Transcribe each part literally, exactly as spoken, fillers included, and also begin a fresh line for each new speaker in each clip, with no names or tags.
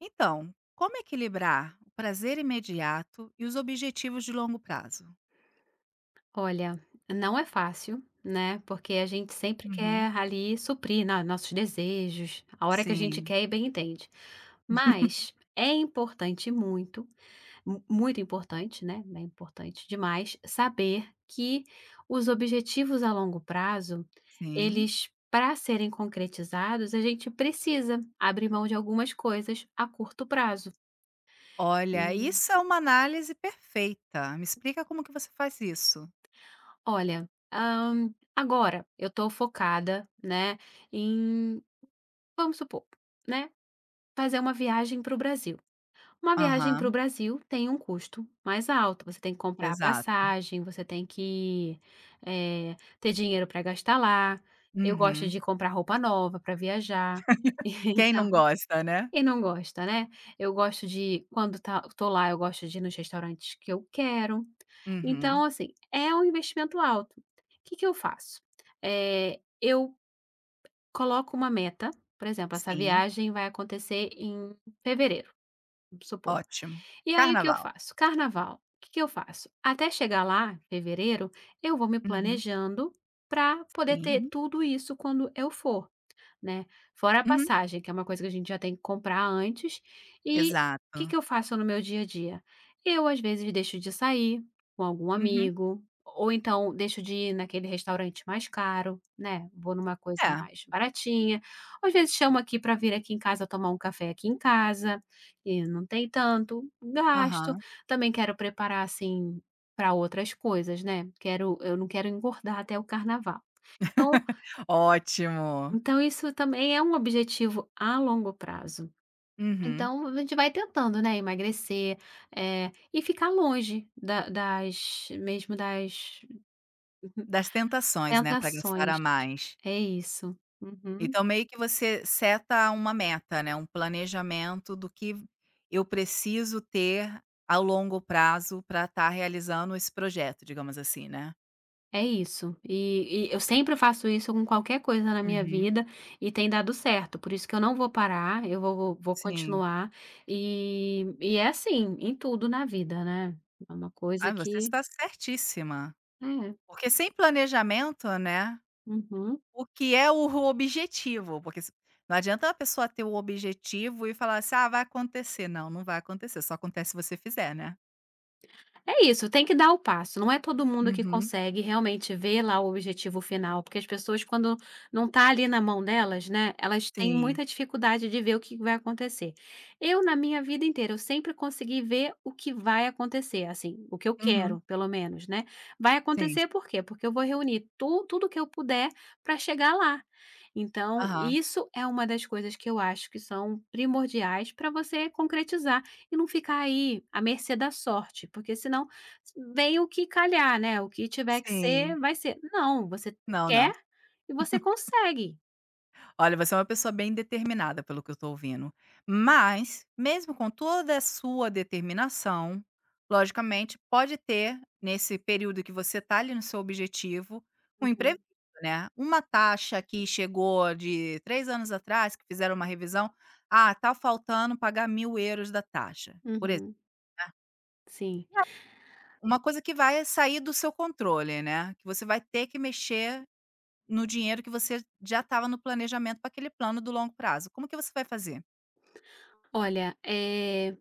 Então, como equilibrar o prazer imediato e os objetivos de longo prazo?
Olha, não é fácil, né, porque a gente sempre
Uhum.
quer ali suprir, né, nossos desejos, a hora que a gente
Sim,
quer e bem entende. Mas é importante muito, mu muito importante, né, é importante demais saber que os objetivos a longo prazo,
sim.
eles para serem concretizados, a gente precisa abrir mão de algumas coisas a curto prazo.
Olha,
Sim.
isso é uma análise perfeita. Me explica como que você faz isso.
Olha, hã, agora eu estou focada, né, em Vamos supor, né, fazer uma viagem para o Brasil. Uma viagem para o
Aham,
Brasil tem um custo mais alto, você tem que comprar a
exato.
passagem, você tem que, eh, ter dinheiro para gastar lá. Eu gosto
Uhum.
de comprar roupa nova para viajar,
Quem não
então
gosta, né?
quem não gosta, né? Eu gosto de quando tá tô lá, eu gosto de ir nos restaurantes que eu quero.
Uhum.
Então, assim, é um investimento alto. O Que que eu faço? Eh, eu coloco uma meta, por exemplo, essa
Sim,
viagem vai acontecer em fevereiro, vamos supor.
ótimo.
E aí o que eu
Carnaval.
faço? Carnaval, o que que eu faço? Até chegar lá, em fevereiro, eu vou me
Uhum.
planejando para poder ter
Sim.
tudo isso quando eu for. Né, fora a
Uhum.
passagem, que é uma coisa que a gente já tem que comprar antes. E o que
Exato.
que eu faço no meu dia a dia? Eu, às vezes, deixo de sair com algum
Uhum.
amigo, ou então deixo de ir naquele restaurante mais caro, né, vou numa coisa
É.
mais baratinha, ou às vezes chamo aqui para vir aqui em casa tomar um café aqui em casa, e não tem tanto gasto.
Aham.
Também quero preparar, assim, para outras coisas, né, quero eu não quero engordar até o carnaval. Então
Ótimo.
então isso também é um objetivo a longo prazo.
Uhum.
Então a gente vai tentando, né, emagrecer, eh, e ficar longe da das mesmo das
Das tentações, né, para gastar a
tentações.
mais.
É isso. Uhum.
Então meio que você seta uma meta, né, um planejamento do que eu preciso ter a longo prazo para estar realizando esse projeto, digamos assim, né?
É isso. E e eu sempre faço isso com qualquer coisa na minha
Uhum,
vida e tem dado certo, por isso que eu não vou parar, eu vou vou
sim.
continuar, e e é assim em tudo na vida, né. É uma
Ah,
coisa
você
que
está certíssima.
é.
Porque sem planejamento, né,
Uhum.
o que é o objetivo? Porque se não adianta a pessoa ter o objetivo e falar assim: "Ah, vai acontecer". Não, não vai acontecer, só acontece se você fizer, né?
É isso, tem que dar o passo, não é todo mundo que
Uhum,
consegue realmente ver lá o objetivo final, porque as pessoas quando não está ali na mão delas, né, elas têm
sim.
muita dificuldade de ver o que vai acontecer. Eu na minha vida inteira, eu sempre consegui ver o que vai acontecer, assim, o que eu
Uhum,
quero pelo menos, né. Vai
sim.
acontecer por quê? Porque eu vou reunir tu tudo que eu puder para chegar lá. Então,
Aham.
isso é uma das coisas que eu acho que são primordiais para você concretizar e não ficar aí à mercê da sorte, porque senão vem o que calhar, né, o que tiver que
Sim.
ser, vai ser. Não, você
Não,
quer
não.
e você consegue.
Olha, você é uma pessoa bem determinada, pelo que eu estou ouvindo. Mas, mesmo com toda a sua determinação, logicamente, pode ter, nesse período que você está ali no seu objetivo, um
Uhum,
imprevisto, né? Uma taxa que chegou de três anos atrás, que fizeram uma revisão. Ah, tá faltando pagar mil euros da taxa. Por exemplo,
uhum, sim.
uma coisa que vai sair do seu controle, né? Que você vai ter que mexer no dinheiro que você já estava no planejamento para aquele plano do longo prazo. Como que você vai fazer?
Olha, eh,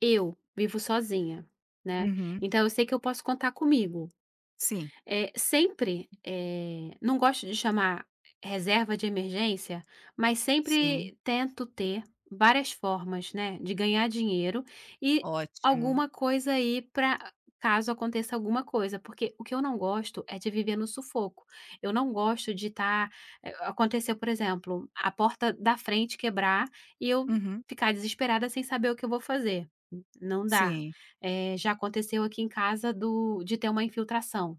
eu vivo sozinha, né,
Uhum.
então eu sei que eu posso contar comigo.
Sim,
Eh, sempre, eh, não gosto de chamar reserva de emergência, mas
sim,
sempre tento ter várias formas, né, de ganhar dinheiro e
ótimo.
alguma coisa aí para caso aconteça alguma coisa, porque o que eu não gosto é de viver no sufoco. Eu não gosto de estar. Eh, aconteceu, por exemplo, a porta da frente quebrar e eu
Uhum.
ficar desesperada sem saber o que eu vou fazer. Não dá.
Sim.
Eh, já aconteceu aqui em casa do de ter uma infiltração.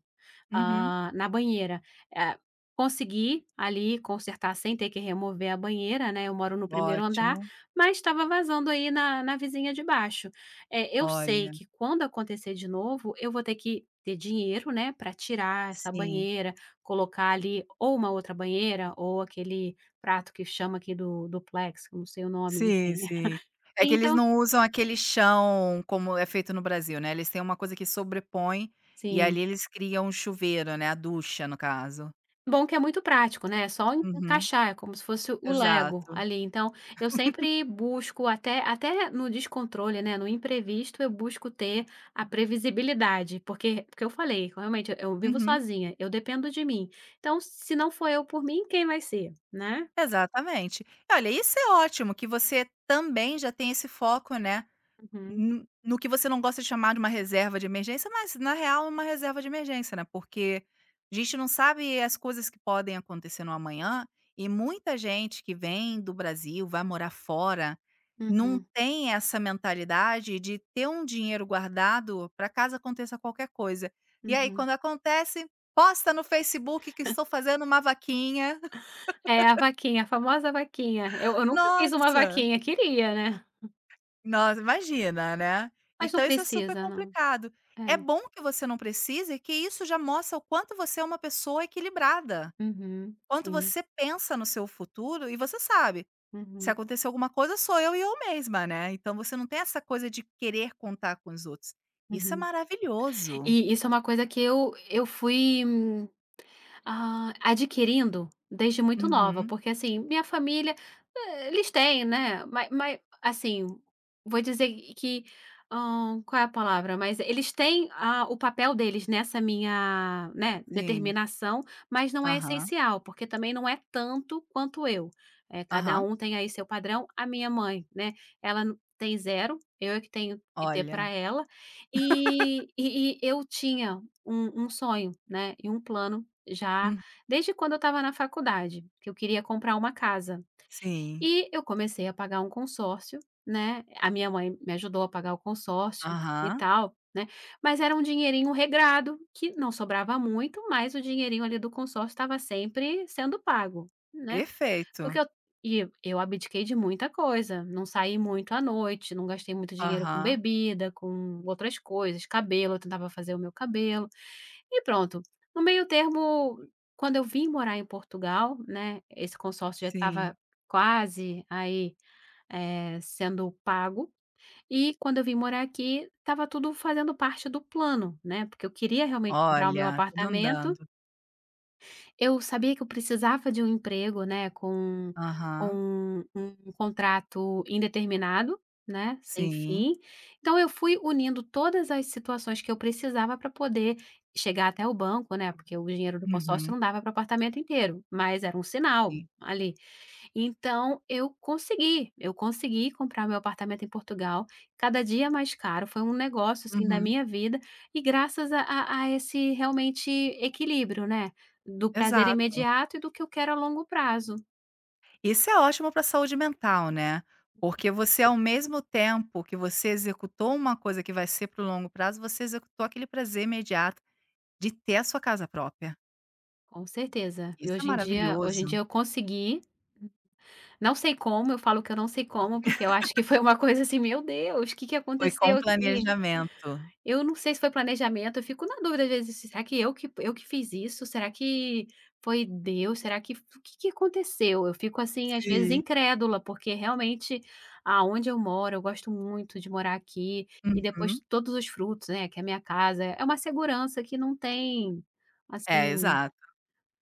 Uhum.
Ah, na banheira. Eh, Consegui ali consertar sem ter que remover a banheira, né, eu moro no primeiro andar,
Ótimo.
mas estava vazando aí na na vizinha de baixo. Eh, eu sei
Olha,
que quando acontecer de novo, eu vou ter que ter dinheiro, né, para tirar essa
sim,
banheira, colocar ali ou uma outra banheira ou aquele prato que chama aqui do duplex, eu não sei o nome,
sim,
enfim.
sim. É que eles
Então,
não usam aquele chão como é feito no Brasil, né, eles têm uma coisa que sobrepõe, e
sim.
ali eles criam um chuveiro, né, a ducha no caso.
Bom que é muito prático, né, é só en
Uhum.
encaixar, é como se fosse o Lego
Exato.
ali, então eu sempre busco até até no descontrole, né, no imprevisto, eu busco ter a previsibilidade, porque porque eu falei, realmente eu eu vivo
Uhum.
sozinha, eu dependo de mim, então se não for eu por mim, quem vai ser, né?
Exatamente. Olha, isso é ótimo que você também já tem esse foco, né.
Uhum,
No no que você não gosta de chamar de uma reserva de emergência, mas na real é uma reserva de emergência, né, porque a gente não sabe as coisas que podem acontecer no amanhã, e muita gente que vem do Brasil, vai morar fora, não
uhum,
tem essa mentalidade de ter um dinheiro guardado para caso aconteça qualquer coisa. E aí
uhum.
quando acontece, posta no Facebook que estou fazendo uma vaquinha.
É a vaquinha, a famosa vaquinha, eu eu nunca fiz uma
Nossa!
vaquinha, queria, né,
Nossa, imagina, né.
mas não
Então isso é super
precisa não.
complicado.
É,
É bom que você não precise, que isso já mostra o quanto você é uma pessoa equilibrada,
uhum,
quanto
sim,
você pensa no seu futuro e você sabe, se
uhum,
acontecer alguma coisa sou eu e eu mesma, né, então você não tem essa coisa de querer contar com os outros. Isso é
uhum.
maravilhoso.
E isso é uma coisa que eu eu fui, hum, ah, adquirindo desde muito nova,
Uhum,
porque, assim, minha família, eh, eles têm, né, mas ma assim, vou dizer que, hã, qual é a palavra? Mas eles têm a o papel deles nessa minha, né,
sim.
determinação, mas não é
Aham,
essencial, porque também não é tanto quanto eu. Eh, cada
aham.
um tem aí seu padrão. A minha mãe, né, ela n- tem zero, eu é que tenho que ter para
Olha,
ela. E e e eu tinha um um sonho, né, e um plano já
hum,
desde quando eu estava na faculdade, que eu queria comprar uma casa.
sim.
E eu comecei a pagar um consórcio, né, a minha mãe me ajudou a pagar o consórcio e
Aham,
tal, né, mas era um dinheirinho regrado, que não sobrava muito, mas o dinheirinho ali do consórcio estava sempre sendo pago, né. Porque
perfeito.
eu e eu abdiquei de muita coisa, não saí muito à noite, não gastei muito dinheiro com
Aham,
bebida, com outras coisas, cabelo, eu tentava fazer o meu cabelo, e pronto. No meio termo, quando eu vim morar em Portugal, né, esse consórcio já estava
sim.
quase aí, eh, sendo pago, e quando eu vim morar aqui, estava tudo fazendo parte do plano, né, porque eu queria realmente comprar o meu
Olha, tudo
apartamento.
andando.
Eu sabia que eu precisava de um emprego, né, com
Aham.
com um contrato indeterminado, né, sem
Sim.
fim. Então eu fui unindo todas as situações que eu precisava para poder chegar até o banco, né, porque o dinheiro do consórcio
Uhum.
não dava para o apartamento inteiro, mas era um sinal
Sim.
ali. Então eu consegui, eu consegui comprar meu apartamento em Portugal, cada dia mais caro, foi um negócio, assim, da
Uhum.
minha vida, e graças a a a esse, realmente, equilíbrio, né, do prazer
Exato.
imediato e do que eu quero a longo prazo,
Isso é ótimo para a saúde mental, né, porque você ao mesmo tempo que você executou uma coisa que vai ser para o longo prazo, você executou aquele prazer imediato de ter a sua casa própria.
com certeza. E
Isso é
hoje em dia hoje em
maravilhoso.
dia eu consegui, não sei como, eu falo que eu não sei como, porque eu acho que foi uma coisa assim: "Meu Deus, o que que
Foi com
aconteceu aqui?"
planejamento.
Eu não sei se foi planejamento, eu fico na dúvida às vezes, será que eu que eu que fiz isso? Será que foi Deus? Será que o que que aconteceu? Eu fico assim, às vezes
Sim.
incrédula, porque realmente aonde eu moro, eu gosto muito de morar aqui, e
Uhum.
depois todos os frutos, né, que é a minha casa, é uma segurança que não tem,
É,
assim,
exato.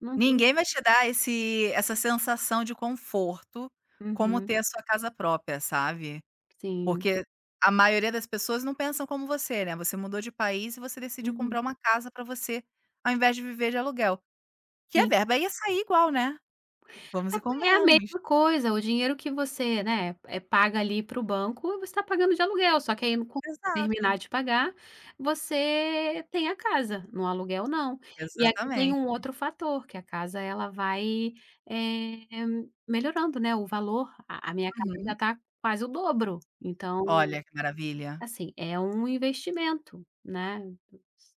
não não
Ninguém vai te dar esse essa sensação de conforto como
uhum,
ter a sua casa própria, sabe.
sim,
Porque a maioria das pessoas não pensam como você, né, você mudou de país e você decidiu
uhum,
comprar uma casa pra você, ao invés de viver de aluguel, que a
sim.
verba ia sair igual, né, vamos e
É é a
convenhamos.
mesma coisa, o dinheiro que você, né, eh, paga ali para o banco, você está pagando de aluguel, só que aí quando você
Exato,
terminar de pagar, você tem a casa, no aluguel não. E aqui tem
exatamente.
um outro fator, que a casa ela vai, eh, melhorando, né, o valor, a a minha casa já
Uhum.
está quase o dobro, então,
Olha que maravilha.
assim, é um investimento, né.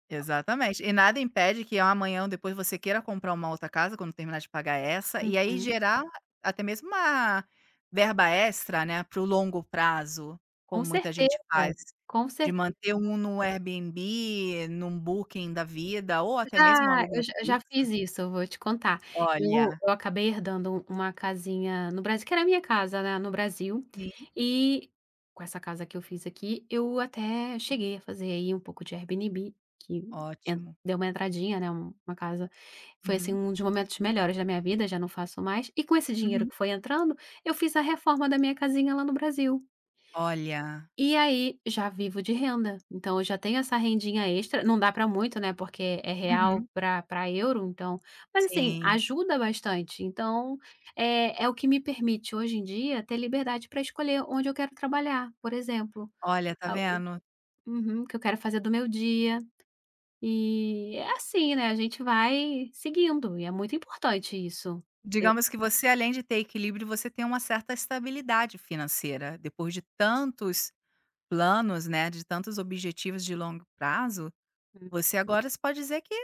Exatamente. E nada impede que amanhã ou depois você queira comprar uma outra casa quando terminar de pagar essa, e aí
Uhum.
gerar até mesmo uma verba extra, né, para o longo prazo,
Com
como muita
certeza,
gente faz,
com
de
cer
manter um no Airbnb, num Booking da vida ou
Eu
até mesmo um
já
aluguel
eu já eu já fiz
fixo.
isso, eu vou te contar. Eu
Olha,
eu acabei herdando um, uma casinha no Brasil que era a minha casa, né, no Brasil,
sim,
e com essa casa que eu fiz aqui, eu até cheguei a fazer aí um pouco de Airbnb, que en
ótimo.
deu uma entradinha, né, um uma casa foi, assim,
Uhum,
um dos momentos melhores da minha vida, já não faço mais. E com esse dinheiro
uhum.
que foi entrando, eu fiz a reforma da minha casinha lá no Brasil.
Olha,
E aí, já vivo de renda, então eu já tenho essa rendinha extra, não dá para muito, né, porque é real
uhum,
para para euro, então mas assim,
sim.
ajuda bastante. Então, é é o que me permite hoje em dia ter liberdade para escolher onde eu quero trabalhar, por exemplo,
Olha, tá
a o
vendo?
uhum, que eu quero fazer do meu dia, e é assim, né, a gente vai seguindo e é muito importante isso. Eu
Digamos que você, além de ter equilíbrio, você tem uma certa estabilidade financeira. Depois de tantos planos, né, de tantos objetivos de longo prazo, você agora se pode dizer que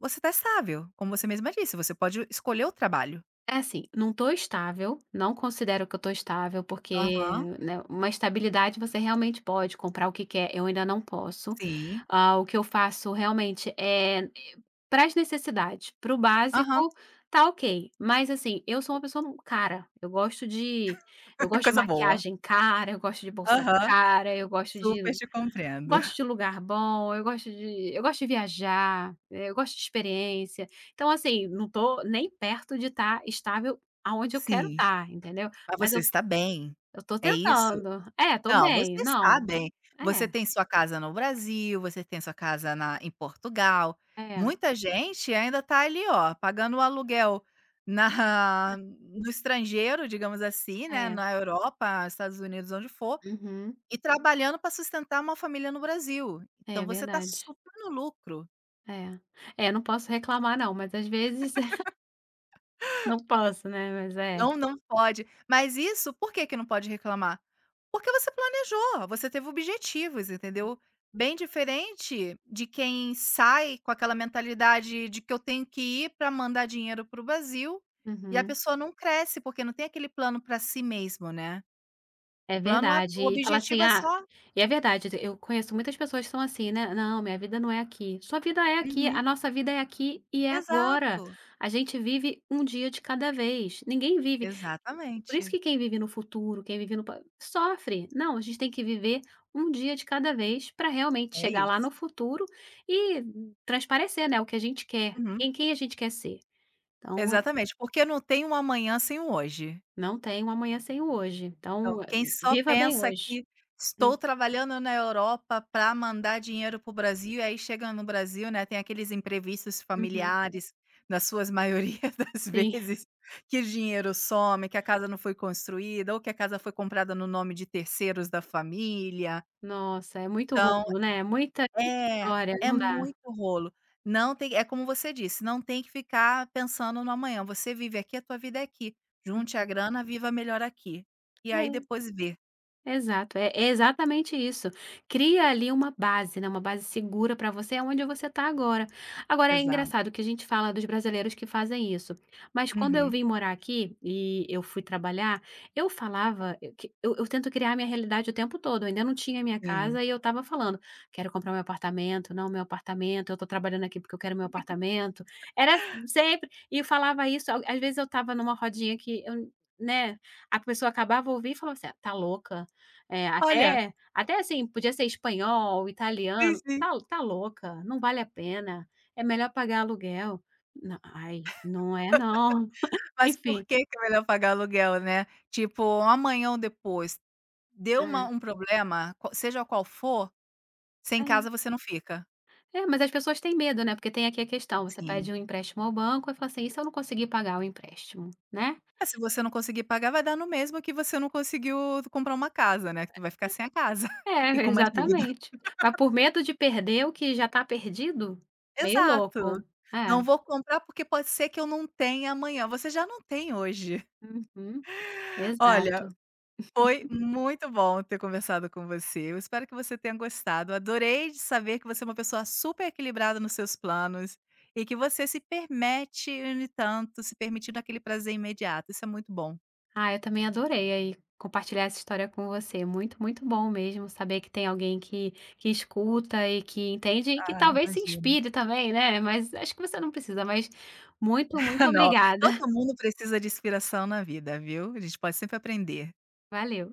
você está estável, como você mesma disse, você pode escolher o trabalho.
É assim, não estou estável, não considero que eu estou estável, porque,
Aham,
né, uma estabilidade você realmente pode comprar o que quer, eu ainda não posso.
sim.
Ah, o que eu faço realmente é para as necessidades, para o
Aham,
básico, tá ok, mas assim, eu sou uma pessoa cara, eu gosto de eu gosto de
coisa boa.
maquiagem cara, eu gosto de bolsa
Aham,
cara, eu gosto de
super te compreendo.
Gosto de lugar bom, eu gosto de eu gosto de viajar, eh, eu gosto de experiência. Então, assim, não tô nem perto de estar estável aonde eu quero
Sim,
estar, entendeu.
mas
Mas
você
eu
está bem,
eu tô
é isso?
tentando. É, tô
Não,
bem.
vocês
Não.
sabem. Você
É,
tem sua casa no Brasil, você tem sua casa na em Portugal.
é,
Muita gente ainda está ali, ó, pagando o aluguel na no estrangeiro, digamos assim, né,
é.
na Europa, Estados Unidos, onde for,
Uhum.
e trabalhando para sustentar uma família no Brasil.
É
Então você está
verdade.
super no lucro.
É. É, não posso reclamar não, mas às vezes não posso, né, mas é.
Não, não pode. Mas isso por que que não pode reclamar? Porque você planejou, você teve objetivos, entendeu? Bem diferente de quem sai com aquela mentalidade de que eu tenho que ir para mandar dinheiro para o Brasil, e a
Uhum.
pessoa não cresce, porque não tem aquele plano para si mesmo, né.
É
O plano é
verdade.
o
E falar assim:
objetivo é
"Ah",
só
e é verdade, eu conheço muitas pessoas que são assim, né: "Não, minha vida não é aqui". Sua vida é aqui,
uhum,
a nossa vida é aqui e é agora.
exato,
A gente vive um dia de cada vez. Ninguém vive, por isso
exatamente,
que quem vive no futuro, quem vive no pa sofre. Não, a gente tem que viver um dia de cada vez para realmente
é
chegar lá no
isso.
futuro e transparecer, né, o que a gente quer,
Uhum,
quem quem a gente quer ser. Então,
exatamente, porque não tem um amanhã sem um hoje.
não tem um amanhã sem o hoje.
Então,
Então,
quem só
viva bem
pensa
hoje.
que
É.
estou trabalhando na Europa para mandar dinheiro para o Brasil, e aí chega no Brasil, né, tem aqueles imprevistos
Uhum.
familiares, na suas maioria das
Sim.
vezes, que o dinheiro some, que a casa não foi construída, ou que a casa foi comprada no nome de terceiros da família.
Nossa, é muito rolo,
Então
né, é muita muita
é,
história,
é
não dá.
muito rolo. Não tem é como você disse, não tem que ficar pensando no amanhã, você vive aqui, a tua vida é aqui. Junte a grana, viva melhor aqui. E aí
É.
depois vê.
Exato, é é exatamente isso. Cria ali uma base, né, uma base segura para você onde você está agora. Agora é
Exato.
engraçado que a gente fala dos brasileiros que fazem isso, mas quando eu
Uhum,
vim morar aqui e eu fui trabalhar, eu falava, eu que eu eu tento criar minha realidade o tempo todo, eu ainda não tinha minha
sim.
casa e eu estava falando: "Quero comprar meu apartamento, não, meu apartamento, eu estou trabalhando aqui porque eu quero meu apartamento". Era sempre, e eu falava isso, às vezes eu estava numa rodinha que eu, né, a pessoa acabava ouvir e falava assim: "Ah, tá louca". É,
Olha,
até até assim, podia ser espanhol,
sim,
italiano,
sim.
"Tá tá louca, não vale a pena, é melhor pagar aluguel". Não, ai, não é não.
Mas por
Enfim,
que que é melhor pagar aluguel, né. Tipo, um amanhã ou depois, deu uma
é.
um problema, qua seja qual for, sem casa
É,
você não fica.
é, mas as pessoas têm medo, né, porque tem aqui a questão, você
Sim.
pede um empréstimo ao banco, e fala assim: "E se eu não conseguir pagar o empréstimo?", né?
É, se você não conseguir pagar, vai dar no mesmo que você não conseguiu comprar uma casa, né, que tu vai ficar sem a casa
É,
e com uma dívida.
exatamente. Mas por medo de perder o que já está perdido, meio
Exato.
louco.
"Não
É.
vou comprar porque pode ser que eu não tenha amanhã", você já não tem hoje.
Uhum,
Olha
exato.
Foi muito bom ter conversado com você. Eu espero que você tenha gostado. Adorei de saber que você é uma pessoa super equilibrada nos seus planos e que você se permite e tanto, se permitindo aquele prazer imediato. Isso é muito bom.
Ah, eu também adorei aí compartilhar essa história com você. Muito, muito bom mesmo saber que tem alguém que, que escuta e que entende e que
Ah,
talvez se
imagino.
inspire também, né? Mas acho que você não precisa. Mas muito, muito
Não,
obrigada.
todo mundo precisa de inspiração na vida, viu? A gente pode sempre aprender.
Valeu.